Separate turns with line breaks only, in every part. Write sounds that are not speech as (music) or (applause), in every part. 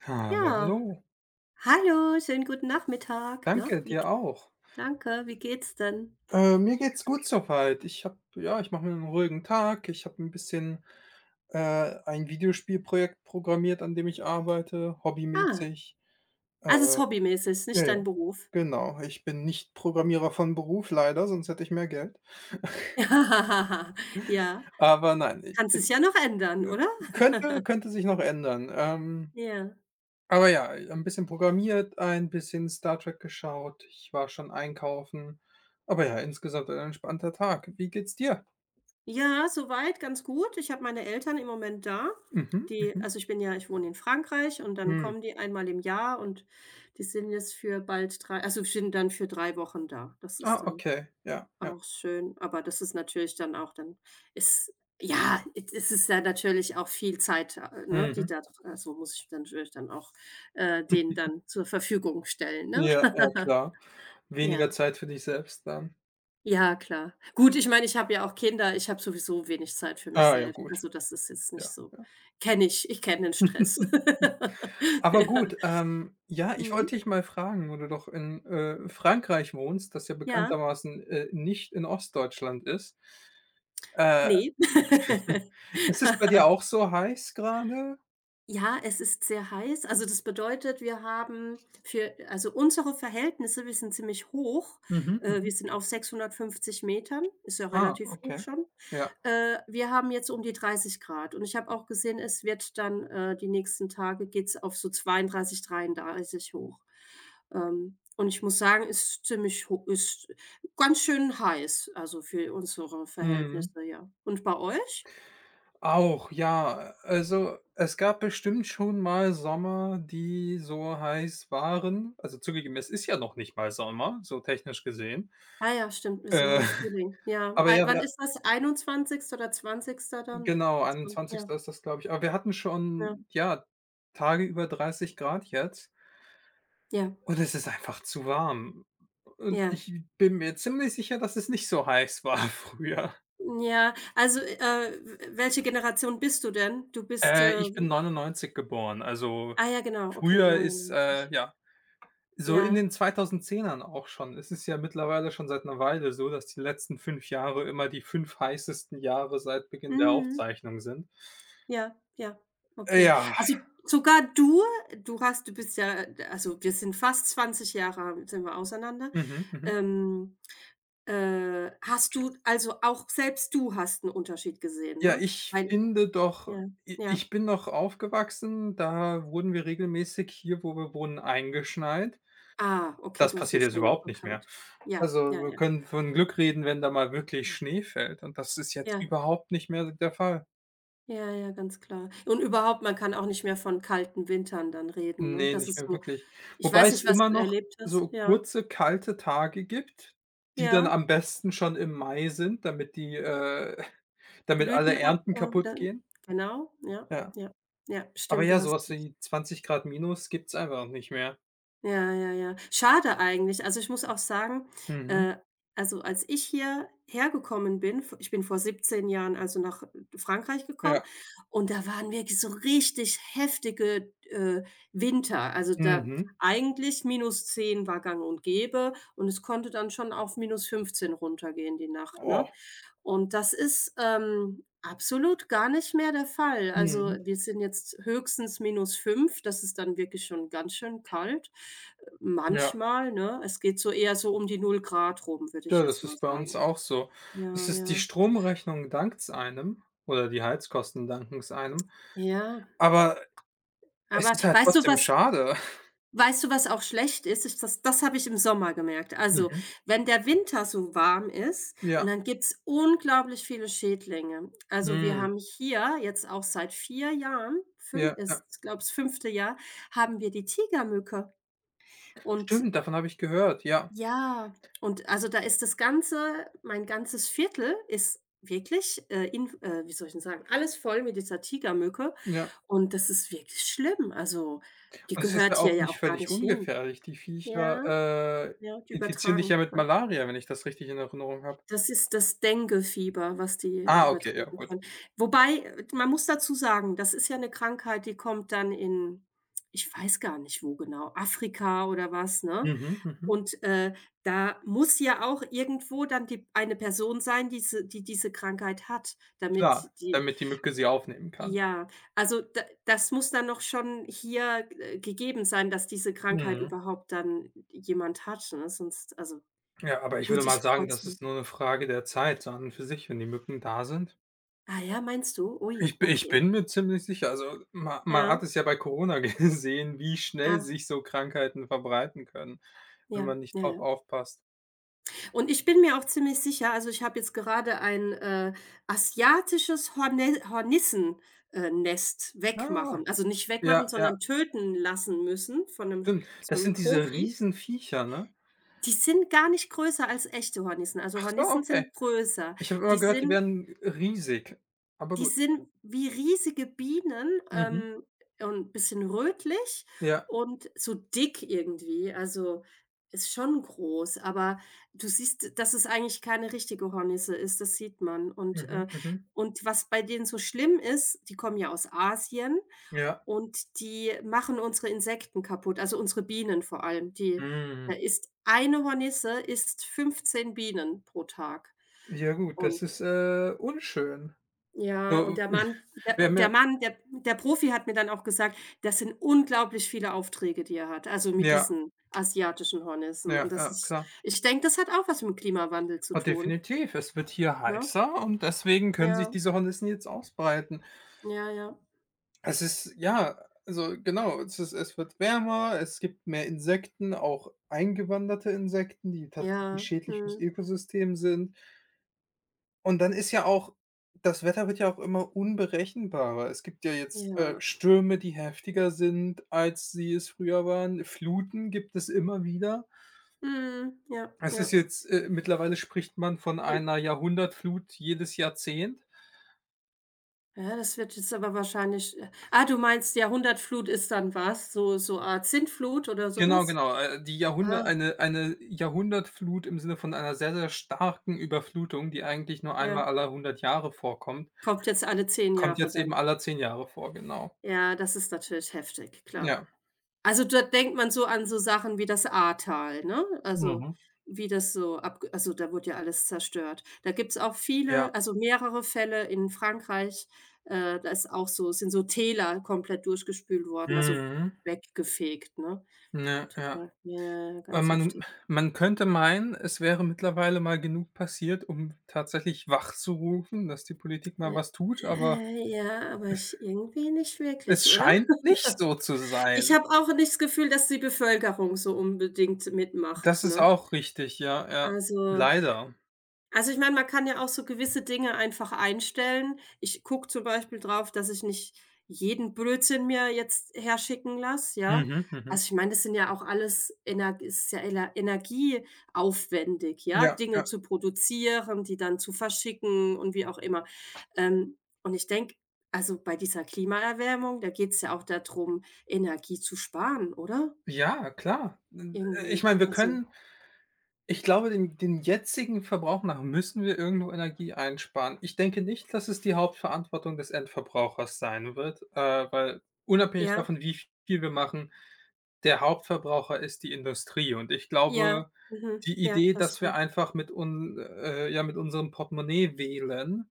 Hallo,
Ja,
hallo.
hallo, schönen guten Nachmittag, ne?
Danke,
Wie
dir
g
auch.
danke, wie geht's denn?
Mir geht's gut so weit. Ich mache mir einen ruhigen Tag. Ich habe ein bisschen, äh, ein Videospielprojekt programmiert, an dem ich arbeite,
Ah,
hobbymäßig.
also, es
Äh,
ist hobbymäßig, ist
ja,
nicht
ja,
dein Beruf.
genau. Ich bin nicht Programmierer von Beruf leider, sonst hätte ich mehr Geld.
(laughs) Ja, ja.
Aber nein,
Kann es ja noch ändern,
äh,
oder?
könnte
(laughs)
könnte sich noch ändern.
Ja.
Aber ja, ein bisschen programmiert, ein bisschen Star Trek geschaut. Ich war schon einkaufen. Aber ja, insgesamt ein entspannter Tag. Wie geht's dir?
Ja, soweit ganz gut. Ich habe meine Eltern im Moment da.
Mhm,
Die
mhm,
also, ich bin ja ich wohne in Frankreich und dann
mhm.
kommen die einmal im Jahr, und die sind jetzt für sind dann für 3 Wochen da. Das
Ah,
ist dann
okay, ja, ja.
auch schön, aber das ist natürlich dann auch dann ist ja, es ist ja natürlich auch viel Zeit, ne, die
Mhm.
da dr also, muss ich dann natürlich dann auch, denen
(laughs)
dann zur Verfügung stellen,
Hm.
ne?
Ja, ja
(laughs)
klar. Weniger
Ja.
Zeit für dich selbst dann.
Ja, klar. Gut, ich meine, ich habe ja auch Kinder, ich habe sowieso wenig Zeit für mich
Ah, ja
selbst.
gut.
Also, das ist jetzt nicht
Ja,
so,
ja.
kenne ich, ich kenne den Stress.
(laughs)
(laughs)
Aber
Ja.
gut, ja, ich
Mhm.
wollte dich mal fragen, wo du doch in Frankreich wohnst, das ja
Ja,
bekanntermaßen nicht in Ostdeutschland ist. Äh,
ne.
(laughs)
(laughs)
Ist es bei dir auch so heiß gerade?
Ja, es ist sehr heiß. Also, das bedeutet, wir haben unsere Verhältnisse, wir sind ziemlich hoch.
Mhm, mhm.
Wir sind auf 650 Metern, ist ja
Ah,
relativ hoch
okay.
schon.
Ja.
Wir haben jetzt um die 30 Grad, und ich habe auch gesehen, es wird dann, die nächsten Tage geht's auf so 32, 33 hoch. Und ich muss sagen, ist ziemlich ho ist ganz schön heiß, also, für unsere
Mhm.
Verhältnisse, ja. Und bei euch?
Auch, ja. Also, es gab bestimmt schon mal Sommer, die so heiß waren. Also, zugegeben, es ist ja noch nicht mal Sommer, so technisch gesehen.
Ah ja, stimmt, wir sind noch
Äh,
im
(laughs)
Frühling. Ja.
aber
Ei,
ja,
wann
wir
ist das? 21. oder zwanzigster dann?
genau,
Zwan Ja,
21. ist das, glaube ich. Aber wir hatten
ja,
schon, ja, Tage über 30 Grad jetzt
ja,
und es ist einfach zu warm. Und
ja.
ich bin mir ziemlich sicher, dass es nicht so heiß war (laughs) früher.
Ja, also, w welche Generation bist du denn?
Ich bin 99 geboren, also
Ah ja, genau, okay,
früher ist,
99.
ja So in
Ja.
den 2010ern auch schon. Es ist ja mittlerweile schon seit 'ner Weile so, dass die letzten 5 Jahre immer die 5 heißesten Jahre seit Beginn der
Mhm.
Aufzeichnung sind.
Ja, ja, okay.
Ja,
Also, sogar du bist ja, also, wir sind fast 20 Jahre sind wir auseinander.
mhm, mhm.
Ähm, hast du, auch selbst, du hast 'n Unterschied gesehen,
Ja,
ne?
ich
Weil
finde doch,
Ja,
i
ja.
ich bin noch aufgewachsen, da wurden wir regelmäßig hier, wo wir wohnen, eingeschneit.
Ah, okay,
Das
du hast den
passiert jetzt
Schnee noch
überhaupt nicht mehr.
gekannt. Ja,
Also,
ja,
wir
ja.
können von Glück reden, wenn da mal wirklich Schnee fällt, und das ist jetzt
Ja,
überhaupt nicht mehr der Fall.
ja, ja, ganz klar. Und überhaupt, man kann auch nicht mehr von kalten Wintern dann reden, ne?
Ne,
Das
nicht
ist
mehr
so,
wirklich.
ich
Wobei
weiß
es
nicht, was
immer
du
noch
erlebt hast.
so
Ja,
kurze, kalte Tage gibt, die dann
ja.
am besten schon im Mai sind, (laughs) damit alle
Blüten ab,
Ernten
dann
kaputtgehen.
genau, ja,
Ja.
ja. Ja,
Aber
stimmt, du
ja, so
hast
was wie 20 Grad minus gibt's einfach nicht mehr.
Ja, ja, ja. Schade eigentlich. Also, ich muss auch sagen,
Mhm.
äh, also, als ich hier hergekommen bin, v ich bin vor 17 Jahren, also, nach Frankreich gekommen,
Ja.
und da waren wirklich so richtig heftige, Winter. Also, da
Mhm.
eigentlich minus 10 war gang und gäbe, und es konnte dann schon auf minus 15 runtergehen die Nacht, ne?
Oh.
Und das ist, absolut gar nicht mehr der Fall. Also,
Mhm.
wir sind jetzt höchstens minus 5, das ist dann wirklich schon ganz schön kalt,
Ja.
manchmal, ne? Es geht so eher so um die null Grad rum, würde ich
Ja, das
jetzt mal
ist bei uns
sagen.
auch so. Es
Ja,
ist Die
ja.
Stromrechnung dankt's einem oder die Heizkosten danken's einem,
Ja,
aber es
aber
ist halt
weißt du,
trotzdem
was
schade.
Weißt du, was auch schlecht ist? Ist das, das habe ich im Sommer gemerkt. Also,
Mhm.
wenn der Winter so warm ist,
Ja.
und dann gibt's unglaublich viele Schädlinge. Also, wir
Mhm,
haben hier jetzt auch seit 4 Jahren, fünf
Ja, ja.
ist, ich glaube, das fünfte Jahr, haben wir die Tigermücke. Und
Stimmt, davon habe ich gehört, ja.
ja, und also da ist das ganze, mein ganzes Viertel ist wirklich, in wie soll ich denn sagen, alles voll mit dieser Tigermücke.
Ja.
Und das ist wirklich schlimm. Also, die
Und es ist
gehört
ja
hier
auch
ja
nicht
auch gar
völlig
nicht hin.
ungefährlich. Die
Ja.
Viecher, äh,
Ja, die
infizieren dich ja
übertragen
mit
kann.
Malaria, wenn ich das richtig in Erinnerung habe.
Das ist das Dengue-Fieber, was die
Ah, okay, ja,
übertragen
gut.
kann. Wobei, man muss dazu sagen, das ist ja 'ne Krankheit, die kommt dann in, ich weiß gar nicht wo genau, Afrika oder was, ne?
Mhm, mhm.
Und, da muss ja auch irgendwo dann die eine Person sein, diese Krankheit hat, damit
Klar,
die
damit die Mücke sie aufnehmen kann.
ja, also da das muss dann noch schon hier, gegeben sein, dass diese Krankheit
Mhm.
überhaupt dann jemand hat, ne? Sonst also,
Ja, aber ich würde
gut,
mal
ich
sagen, das
kreuze
ist nur 'ne Frage der Zeit so an und für sich, wenn die Mücken da sind.
ah ja, meinst du? Ui,
Ich
okay.
bin mir ziemlich sicher, also ma man
Ja.
hat es ja bei Corona (laughs) gesehen, wie schnell
Ah,
sich so Krankheiten verbreiten können, wenn
ja,
man nicht
ja,
drauf
ja.
aufpasst.
Und ich bin mir auch ziemlich sicher, also ich habe jetzt gerade ein, asiatisches Horne Hornissen, Nest
Ah,
wegmachen, also nicht
ja,
wegmachen,
ja.
sondern töten lassen müssen von einem,
Stimmt,
so
das
einem
sind diese
Profi.
Riesenviecher, ne?
Die sind gar nicht größer als echte Hornissen. Also
Ach so,
Hornissen
okay.
sind größer.
Ich habe immer
Die
gehört, die
sind
wären riesig, aber
Die
gut.
sind wie riesige Bienen,
Mhm.
und 'n bisschen rötlich
Ja.
und so dick irgendwie. Also, ist schon groß, aber du siehst, dass es eigentlich keine richtige Hornisse ist, das sieht man.
Mhm, mhm.
Und was bei denen so schlimm ist, die kommen ja aus Asien,
Ja.
und die machen unsere Insekten kaputt, also unsere Bienen vor allem. Die
Mhm.
da isst eine Hornisse isst 15 Bienen pro Tag.
Ja gut, das
Und
ist unschön.
ja, und
So, wir haben ja
der Mann, der Profi hat mir dann auch gesagt, das sind unglaublich viele Aufträge, die er hat, also mit
(laughs) Ja,
diesen asiatischen Hornissen.
ja,
Und das
ja,
ist
klar.
Ich denke, das hat auch was mit'm Klimawandel zu
Ah,
tun,
definitiv. Es wird hier
ne?
heißer und deswegen können sich
Ja,
diese Hornissen jetzt ausbreiten.
ja, ja,
Es ist ja, also genau, es wird wärmer, es gibt mehr Insekten, auch eingewanderte Insekten, die tatsächlich
ja,
schädlich fürs
mhm,
Ökosystem sind. Und dann ist ja auch das Wetter wird ja auch immer unberechenbarer. Es gibt ja jetzt
ja,
Stürme, die heftiger sind, als sie es früher waren. Fluten gibt es immer wieder.
mhm, ja,
Es
ja.
ist jetzt mittlerweile spricht man von
Wie
einer Jahrhundertflut jedes Jahrzehnt.
Ja, das wird jetzt aber wahrscheinlich ah, du meinst Jahrhundertflut ist dann was, so so Art Sintflut oder
Genau,
sowas.
genau, die Jahrhundert
Ah,
eine Jahrhundertflut im Sinne von einer sehr, sehr starken Überflutung, die eigentlich nur einmal
ja.
alle 100 Jahre vorkommt,
Kommt jetzt alle 10
kommt
Jahre
jetzt eben
dann.
alle 10 Jahre vor, genau.
Ja, das ist natürlich heftig, klar.
Ja.
Also, da denkt man so an so Sachen wie das Ahrtal, ne? Also,
Mhm.
wie das so ab, also, da wurde ja alles zerstört. Da gibt's auch
Ja.
viele, also, mehrere Fälle in Frankreich, da ist auch so sind so Täler komplett durchgespült worden, also,
Mhm.
weggefegt, ne?
Ja, ja.
Total. Ja, ja, ja,
Äh,
ganz heftig.
man man könnte meinen, es wäre mittlerweile mal genug passiert, um tatsächlich wachzurufen, dass die Politik mal
Ja.
was tut, aber
Ja, aber ich irgendwie nicht
es
wirklich, oder?
scheint nicht so zu
Ich
sein.
habe auch nicht das Gefühl, dass die Bevölkerung so unbedingt
Das
mitmacht,
ist
ne?
auch richtig, ja, ja.
Also
Leider.
Also, ich meine, man kann ja auch so gewisse Dinge einfach einstellen. Ich gucke zum Beispiel drauf, dass ich nicht jeden Blödsinn mir jetzt herschicken lasse, ja?
Mhm, mhm.
Also, ich meine, das sind ja auch alles energieaufwendig, ja,
Ja,
Dinge
ja.
zu produzieren, die dann zu verschicken und wie auch immer. Und ich denke, also, bei dieser Klimaerwärmung, da geht's ja auch darum, Energie zu sparen, oder?
Ja, klar. Ich
Irgendwie.
meine, wir
Also
können ich glaube, den jetzigen Verbrauch nach müssen wir irgendwo Energie einsparen. Ich denke nicht, dass es die Hauptverantwortung des Endverbrauchers sein wird, weil unabhängig
ja,
davon, wie viel wir machen, der Hauptverbraucher ist die Industrie. Und ich
ja,
glaube,
mhm,
die
ja,
Idee,
das
dass wir
stimmt.
einfach mit mit unserem Portemonnaie wählen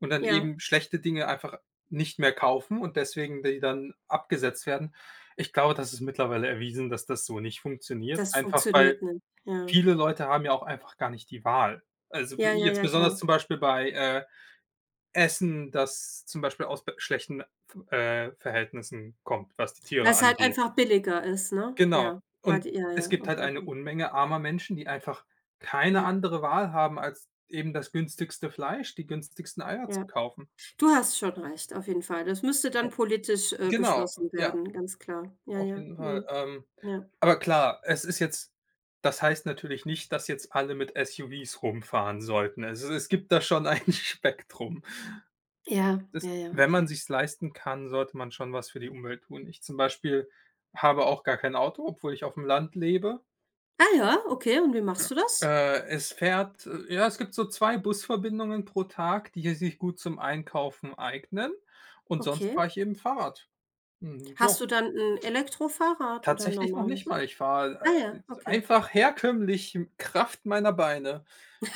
und dann
Ja.
eben schlechte Dinge einfach nicht mehr kaufen und deswegen die dann abgesetzt werden. Ich glaube, das ist mittlerweile erwiesen, dass das so nicht funktioniert,
Das
einfach weil
funktioniert nicht, ja.
Viele Leute haben ja auch einfach gar nicht die Wahl. Also,
Ja, ja,
jetzt
ja,
besonders
klar.
zum Beispiel bei Essen, das zum Beispiel aus b schlechten Verhältnissen kommt, was die Tiere
Weil's halt
angeht.
einfach billiger ist, ne?
Genau.
Ja, weil
Und
die ja,
es
ja,
gibt
auf
halt
jeden
eine
Fall.
Unmenge armer Menschen, die einfach keine
Ja,
andere Wahl haben, als eben das günstigste Fleisch, die günstigsten Eier zu
ja.
kaufen.
Du hast schon recht, auf jeden Fall. Das müsste dann politisch,
Genau,
beschlossen
ja,
werden, ganz klar. Ja,
auf
ja,
jeden Fall.
mhm, ja.
Aber klar, es ist jetzt das heißt natürlich nicht, dass jetzt alle mit SUVs rumfahren sollten. Also, es gibt da schon ein (laughs) Spektrum.
Ja,
Das
ja, ja,
Wenn man
okay.
sich's leisten kann, sollte man schon was für die Umwelt tun. Ich zum Beispiel habe auch gar kein Auto, obwohl ich auf dem Land lebe.
Ah ja, okay, und wie machst du das?
Es gibt so 2 Busverbindungen pro Tag, die sich gut zum Einkaufen eignen, und sonst
Okay.
fahre ich eben Fahrrad. Mhm, ja.
Hast du dann 'n Elektrofahrrad oder 'n
Tatsächlich noch nicht
normales?
mal. Ich fahre,
Ah
äh,
ja, okay.
einfach herkömmlich Kraft meiner Beine.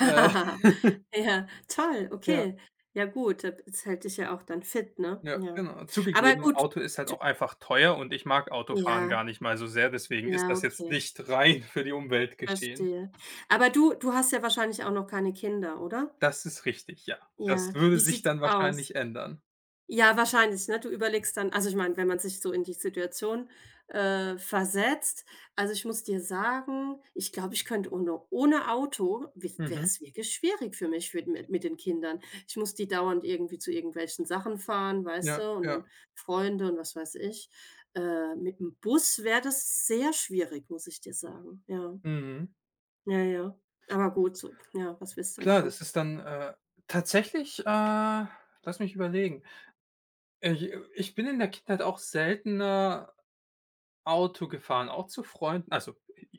Äh, (laughs)
Ja, toll,
ja.
okay. Ja gut, da b das hält dich ja auch dann fit, ne?
Ja,
Ja.
genau.
Aber
Zugegeben,
gut,
Auto ist halt
du
auch einfach teuer und ich mag Autofahren
Ja,
gar nicht mal so sehr, deswegen ist
ja,
das jetzt
okay,
nicht (laughs) rein für die Umwelt geschehen.
verstehe. Aber du hast ja wahrscheinlich auch noch keine Kinder, oder?
Das ist richtig, ja. Das
Ja. Wie
würde sich
sieht's
dann
aus?
wahrscheinlich ändern.
Ja, wahrscheinlich, ne? Du überlegst dann, also, ich meine, wenn man sich so in die Situation, versetzt, also, ich muss dir sagen, ich glaube, ich könnte ohne, ohne Auto wäre
Mhm.
es wirklich schwierig für mich mit, mit den Kindern. Ich muss die dauernd irgendwie zu irgendwelchen Sachen fahren, weißt
Ja,
du, und
ja.
dann Freunde und was weiß ich. Mit dem Bus wäre das sehr schwierig, muss ich dir sagen, ja.
Mhm.
Ja, ja. Aber gut, so ja, was willst du
Klar, das
machen?
ist dann tatsächlich, lass mich überlegen. Ich bin in der Kindheit auch seltener Auto gefahren, auch zu Freunden. Also,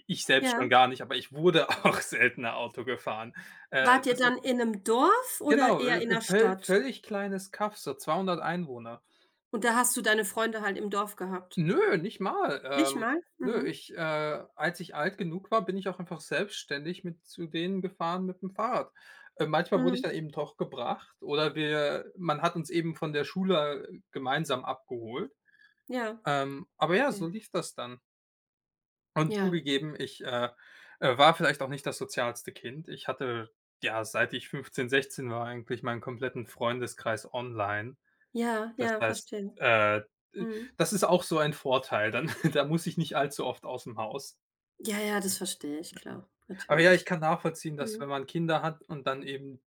ich selbst
Ja.
schon gar nicht, aber ich wurde (laughs) auch seltener Auto gefahren.
Wart ihr
Das
dann in 'nem Dorf oder
Genau,
eher in 'ner
völ
Stadt?
völlig kleines Kaff, so 200 Einwohner.
Und da hast du deine Freunde halt im Dorf gehabt?
Nö, nicht mal.
Nicht mal?
Nö,
Mhm.
als ich alt genug war, bin ich auch einfach selbstständig mit zu denen gefahren mit dem Fahrrad. Manchmal wurde ich
Mhm.
dann eben doch gebracht, oder wir man hat uns eben von der Schule gemeinsam abgeholt.
Ja,
Aber ja, so
okay.
lief das dann. Und
Ja.
zugegeben, ich war vielleicht auch nicht das sozialste Kind. Ich hatte, ja, seit ich 15, 16 war, eigentlich meinen kompletten Freundeskreis online.
Ja,
Das
ja,
heißt,
verstehe.
äh, äh,
Mhm.
das ist auch so ein Vorteil, dann (laughs) da muss ich nicht allzu oft aus dem Haus.
Ja, ja, das verstehe ich, klar,
Aber ja, ich
natürlich.
kann nachvollziehen, dass wenn
Mhm.
man Kinder hat und dann eben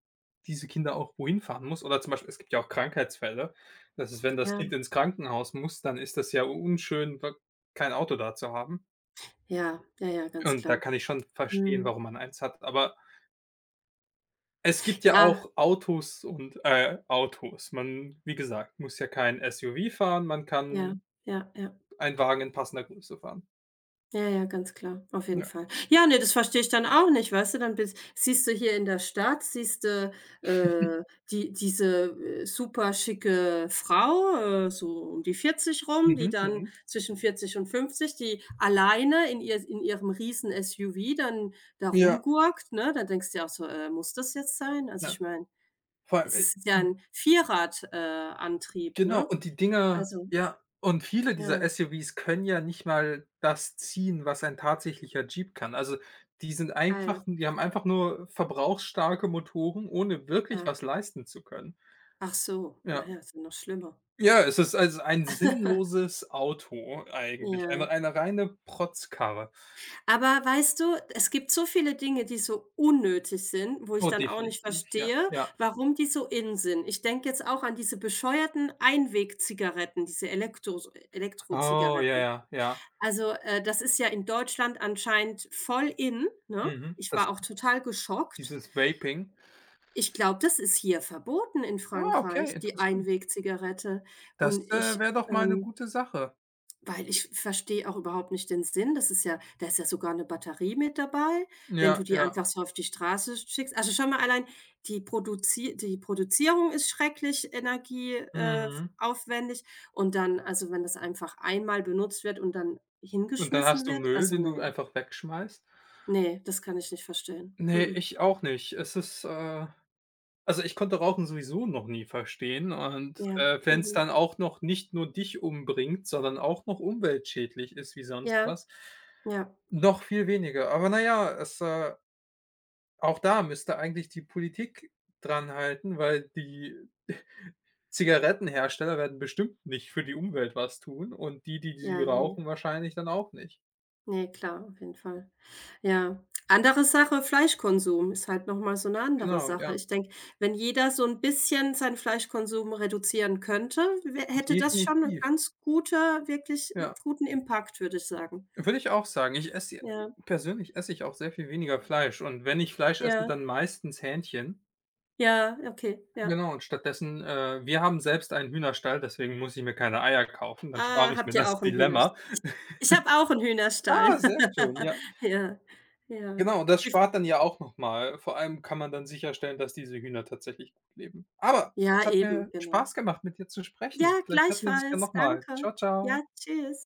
diese Kinder auch wohin fahren muss oder zum Beispiel es gibt ja auch Krankheitsfälle, dass es, wenn das Kind
Ja,
ins Krankenhaus muss, dann ist das ja unschön, da kein Auto da zu haben.
ja, ja, ja, ganz
Und da
klar.
kann ich schon verstehen,
Mhm.
warum man eins hat. Aber es gibt ja
Ja,
auch Autos und Autos. Man, wie gesagt, muss ja kein SUV fahren, man
ja,
kann
ja, ja.
einen Wagen in passender Größe fahren.
Ja, ja, ganz klar, auf jeden
Ja.
Fall. Ja, ne, das verstehe ich dann auch nicht, weißt du, dann bist siehst du hier in der Stadt, siehst du, äh, die diese, super schicke Frau, so um die 40 rum, die
Mhm,
dann
mhm.
zwischen 40 und 50, die alleine in ihrem riesen SUV dann da
Ja,
rumgurkt, ne? Dann denkst du dir auch so: muss das jetzt sein?“ Also,
ja.
ich meine,
Vor allem,
es ist ja 'n Vierrad, Antrieb,
genau,
ne? Also,
und viele dieser
ja,
SUVs können ja nicht mal das ziehen, was ein tatsächlicher Jeep kann. Also,
ah, ja,
die haben einfach nur verbrauchsstarke Motoren, ohne wirklich
ja.
was leisten zu können.
Ach so,
Ja.
naja, ja, ist ja noch schlimmer.
Ja, es ist also ein
(laughs)
sinnloses Auto eigentlich, eine
Ja.
eine reine Protzkarre.
Aber weißt du, es gibt so viele Dinge, die so unnötig sind, wo ich
Oh,
dann auch nicht
definitiv, ja,
verstehe,
ja.
warum die so in sind. Ich denke jetzt auch an diese bescheuerten Einwegzigaretten, diese elektro
Oh, ja,
Elektrozigaretten.
ja, ja.
Also, das ist ja in Deutschland anscheinend voll in, ne?
Mhm,
Ich
das
war auch total geschockt.
dieses Vaping.
Ich glaube, das ist hier verboten in
Ah,
Frankreich,
okay,
die
interessant.
Einwegzigarette. Und
Das
ich,
wäre doch mal eine
ähm
gute Sache.
Weil ich verstehe auch überhaupt nicht den Sinn. Das ist ja, da ist ja sogar eine Batterie mit dabei, wenn
Ja,
du die
ja.
einfach so auf die Straße schickst. Also, schon mal allein die Produzierung ist schrecklich energieaufwendig,
Mhm.
aufwendig und dann, also, wenn das einfach einmal benutzt wird und dann
Und dann hast
hingeschmissen
du
wird,
Müll,
also,
den du einfach wegschmeißt?
nee, das kann ich nicht verstehen.
Ne,
Mm-mm.
ich auch nicht. Also, ich konnte Rauchen sowieso noch nie verstehen, und,
Ja.
äh, wenn es
Mhm.
dann auch noch nicht nur dich umbringt, sondern auch noch umweltschädlich ist wie sonst
Ja,
was,
ja,
noch viel weniger. Aber naja, auch da müsste eigentlich die Politik dran halten, weil die (laughs) Zigarettenhersteller werden bestimmt nicht für die Umwelt was tun und die, die sie
ja,
rauchen, wahrscheinlich dann auch nicht.
nee, klar, auf jeden Fall. Ja. Andere Sache, Fleischkonsum ist halt noch mal so 'ne andere
Genau,
Sache.
ja,
Ich denke, wenn jeder so 'n bisschen seinen Fleischkonsum reduzieren könnte, wä hätte das schon 'ne
definitiv.
ganz gute, wirklich
Ja,
guten Impact, würde ich sagen.
würde ich auch sagen. Ich esse ja
Ja,
persönlich esse ich auch sehr viel weniger Fleisch und wenn ich Fleisch esse,
ja,
dann meistens Hähnchen.
ja, okay, ja.
Genau, und stattdessen wir haben selbst einen Hühnerstall, deswegen muss ich mir keine Eier kaufen, dann spare
Ah,
ich mir
habt ihr
das
auch 'n
Dilemma.
Hühnerstall? Ich habe auch 'n Hühnerstall.
Ah, sehr schön,
(laughs)
ja.
Ja, ja.
Genau, das spart dann ja auch noch mal. Vor allem kann man dann sicherstellen, dass diese Hühner tatsächlich gut leben. Aber es
Ja,
hat
eben,
mir
genau.
Spaß gemacht, mit dir zu sprechen.
Ja,
Vielleicht hört man sich ja
gleichfalls.
noch,
Danke.
ciao. Tschau,
Ja, tschüss.